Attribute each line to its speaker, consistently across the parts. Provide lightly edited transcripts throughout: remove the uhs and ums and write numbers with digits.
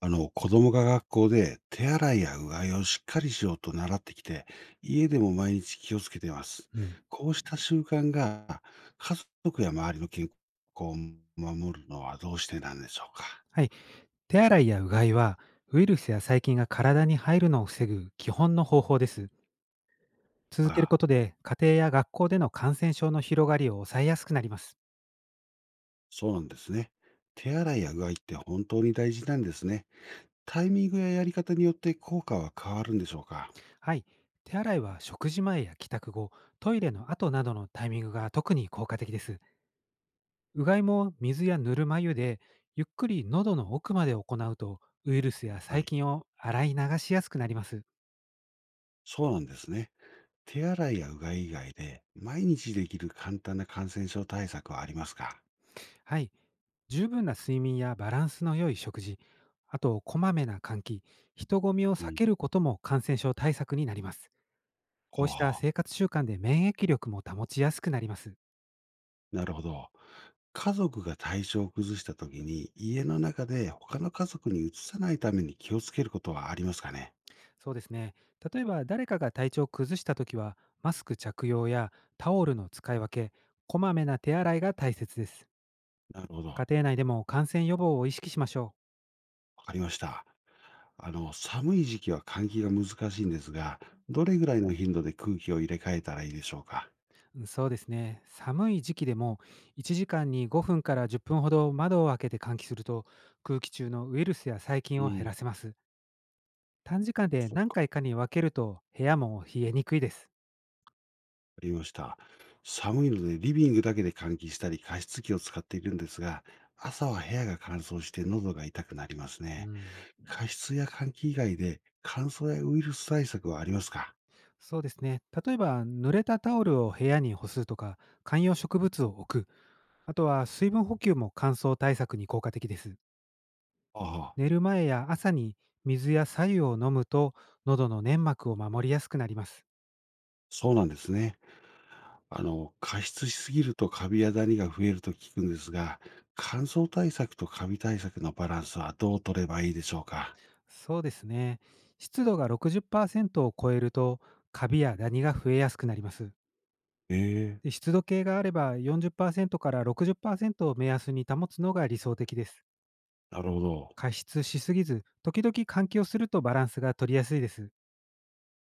Speaker 1: 子供が学校で手洗いやうがいをしっかりしようと習ってきて、家でも毎日気をつけています。
Speaker 2: うん。
Speaker 1: こうした習慣が家族や周りの健康を守るのはどうしてなんでしょうか。
Speaker 2: はい。手洗いやうがいは、ウイルスや細菌が体に入るのを防ぐ基本の方法です。続ける
Speaker 1: ああ、
Speaker 2: ことで、家庭や学校での感染症の広がりを抑えやすくなります。
Speaker 1: そうなんですね。手洗いやうがいって本当に大事なんですね。タイミングややり方によって効果は変わるんでしょうか。
Speaker 2: はい。手洗いは食事前や帰宅後、トイレの後などのタイミングが特に効果的です。うがいも水やぬるま湯で、ゆっくり喉の奥まで行うと、ウイルスや
Speaker 1: は
Speaker 2: 細
Speaker 1: い、
Speaker 2: 菌を洗い流しやすくなります。
Speaker 1: そうなんですね。手洗いやうがい以外で毎日できる簡単な感染症対策はありますか？
Speaker 2: はい。十分な睡眠やバランスの良い食事、あとこまめな換気、人混みを
Speaker 1: う
Speaker 2: 避
Speaker 1: ん。
Speaker 2: けることも感染症対策になります。こ
Speaker 1: ほ
Speaker 2: う
Speaker 1: う
Speaker 2: した
Speaker 1: ほう。
Speaker 2: 生活習慣で免疫力も保ちやすくなります。
Speaker 1: なるほど。家族が体調を崩したときに、家の中で他の家族に移さないために気をつけることはありますかね？
Speaker 2: そうですね。例えば誰かが体調を崩したときは、マスク着用やタオルの使い分け、こまめな手洗いが大切です。
Speaker 1: なるほど。
Speaker 2: 家庭内でも感染予防を意識しましょう。
Speaker 1: わかりました。寒い時期は換気が難しいんですが、どれぐらいの頻度で空気を入れ替えたらいいでしょうか？
Speaker 2: うん、そうですね。寒い時期でも1時間に5分から10分ほど窓を開けて換気すると、空気中のウイルスや細
Speaker 1: う
Speaker 2: 菌を
Speaker 1: ん。
Speaker 2: 減
Speaker 1: わか
Speaker 2: らせます。短時間で何回かに分けると部屋も冷えにくいです。
Speaker 1: りました。寒いのでリビングだけで換気したり加湿器を使っているんですが、朝は部屋が乾燥して喉が痛くなります
Speaker 2: う
Speaker 1: ね。
Speaker 2: ん。
Speaker 1: 加湿や換気以外で乾燥やウイルス対策はありますか？
Speaker 2: そうですね。例えば濡れたタオルを部屋に干すとか、観葉植物を置く。あとは水分補給も乾燥対策に効果的です。
Speaker 1: ああ。
Speaker 2: 寝る前や朝に水や白湯を飲むと喉の粘膜を守りやすくなります。
Speaker 1: そうなんですね。加湿しすぎるとカビやダニが増えると聞くんですが、乾燥対策とカビ対策のバランスはどう取ればいいでしょうか？
Speaker 2: そうですね。湿度が60%を超えると、カビやダニが増えやすくなります。
Speaker 1: ええ、
Speaker 2: で、湿度計があれば40%から60%を目安に保つのが理想的です。
Speaker 1: なるほど。
Speaker 2: 加湿しすぎず、時々換気をするとバランスが取りやすいです。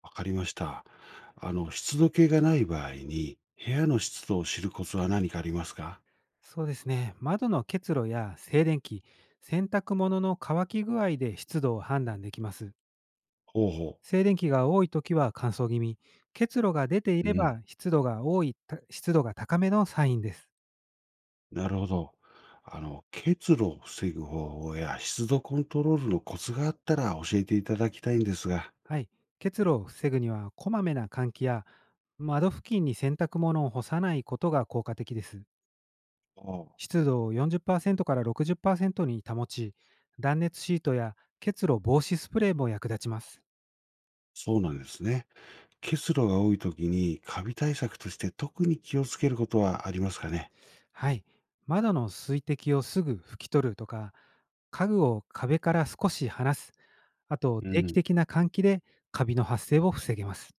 Speaker 1: わかりました。湿度計がない場合に、部屋の湿度を知るコツは何かありますか？
Speaker 2: そうですね。窓の結露や静電気、洗濯物の乾き具合で湿度を判断できます。
Speaker 1: ほうほ
Speaker 2: 静電気が多いときは乾燥気味、結露が出てい
Speaker 1: う。う
Speaker 2: れ
Speaker 1: ん。
Speaker 2: ば湿度が多い、た湿度が高めのサインです。
Speaker 1: なるほど。結露を防ぐ方法や湿度コントロールのコツがあったら教えていただきたいんですが。
Speaker 2: はい、結露を防ぐにはこまめな換気や窓付近に洗濯物を干さないことが効果的です。
Speaker 1: ああ、
Speaker 2: 湿度を40%から60%に保ち、断熱シートや結露防止スプレーも役立ちます。
Speaker 1: そうなんですね。結露が多い時にカビ対策として特に気をつけることはありますかね？
Speaker 2: はい、窓の水滴をすぐ拭き取るとか、家具を壁から少し離す、あと
Speaker 1: う
Speaker 2: 定期
Speaker 1: ん。
Speaker 2: 的な換気でカビの発生を防げます。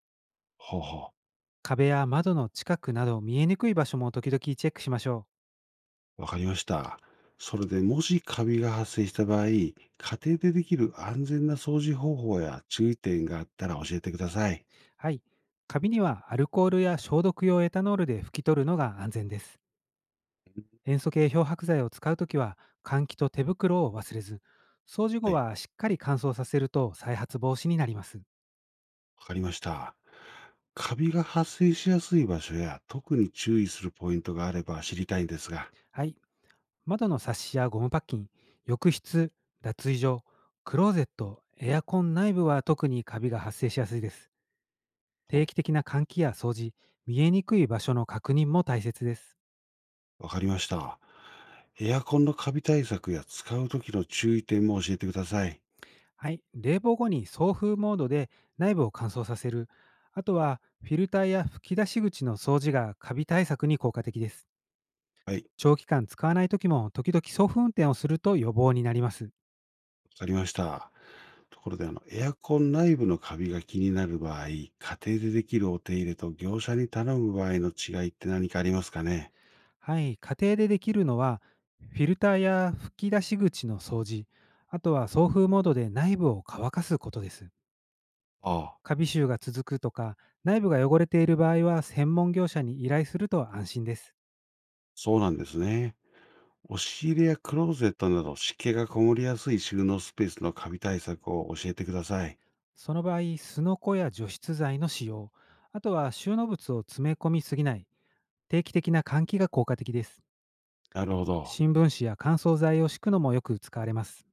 Speaker 1: ほうほ
Speaker 2: 壁や窓の近くなど見えにくい場所も時々チェックしましょう。
Speaker 1: う。わかりました。それでもしカビが発生した場合、家庭でできる安全な掃除方法や注意点があったら教えてください。
Speaker 2: はい。カビにはアルコールや消毒用エタノールで拭き取るのが安全です。
Speaker 1: うん、
Speaker 2: 塩素系漂白剤を使うときは換気と手袋を忘れず、掃除
Speaker 1: は
Speaker 2: 後
Speaker 1: い。
Speaker 2: はしっかり乾燥させると再発防止になります。
Speaker 1: わかりました。カビが発生しやすい場所や特に注意するポイントがあれば知りたいんですが。
Speaker 2: はい。窓のサッシやゴムパッキン、浴室、脱衣所、クローゼット、エアコン内部は特にカビが発生しやすいです。定
Speaker 1: お、
Speaker 2: 期的な換気や掃除、見えにくい場所の確認も大切です。
Speaker 1: わかりました。エアコンのカビ対策や使う時の注意点も教えてください。
Speaker 2: はい、冷房後に送風モードで内部を乾燥させる、あとはフィルターや吹き出し口の掃除がカビ対策に効果的です。
Speaker 1: はい。
Speaker 2: 長期間使わない時も時々送風運転をすると予防になります。
Speaker 1: わかりました。ところで、エアコン内部のカビが気になる場合、家庭でできるお手入れと業者に頼む場合の違いって何かありますかね？
Speaker 2: はい、家庭でできるのはフィルターや吹き出し口の掃除、あとは送風モードで内部を乾かすことです。
Speaker 1: ああ、
Speaker 2: カビ臭が続くとか、内部が汚れている場合は専門業者に依頼すると安心です。
Speaker 1: そうなんですね。押し入れやクローゼットなど湿気がこもりやすい収納スペースのカビ対策を教えてください。
Speaker 2: その場合、すのこや除湿剤の使用、あとは収納物を詰め込みすぎない、定期的な換気が効果的です。
Speaker 1: なるほど。
Speaker 2: 新聞紙や乾燥剤を敷くのもよく使われます。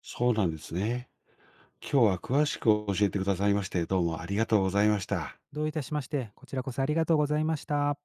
Speaker 1: そうなんですね。今日は詳しく教えてくださいまして、どうもありがとうございました。
Speaker 2: どういたしまして、こちらこそありがとうございました。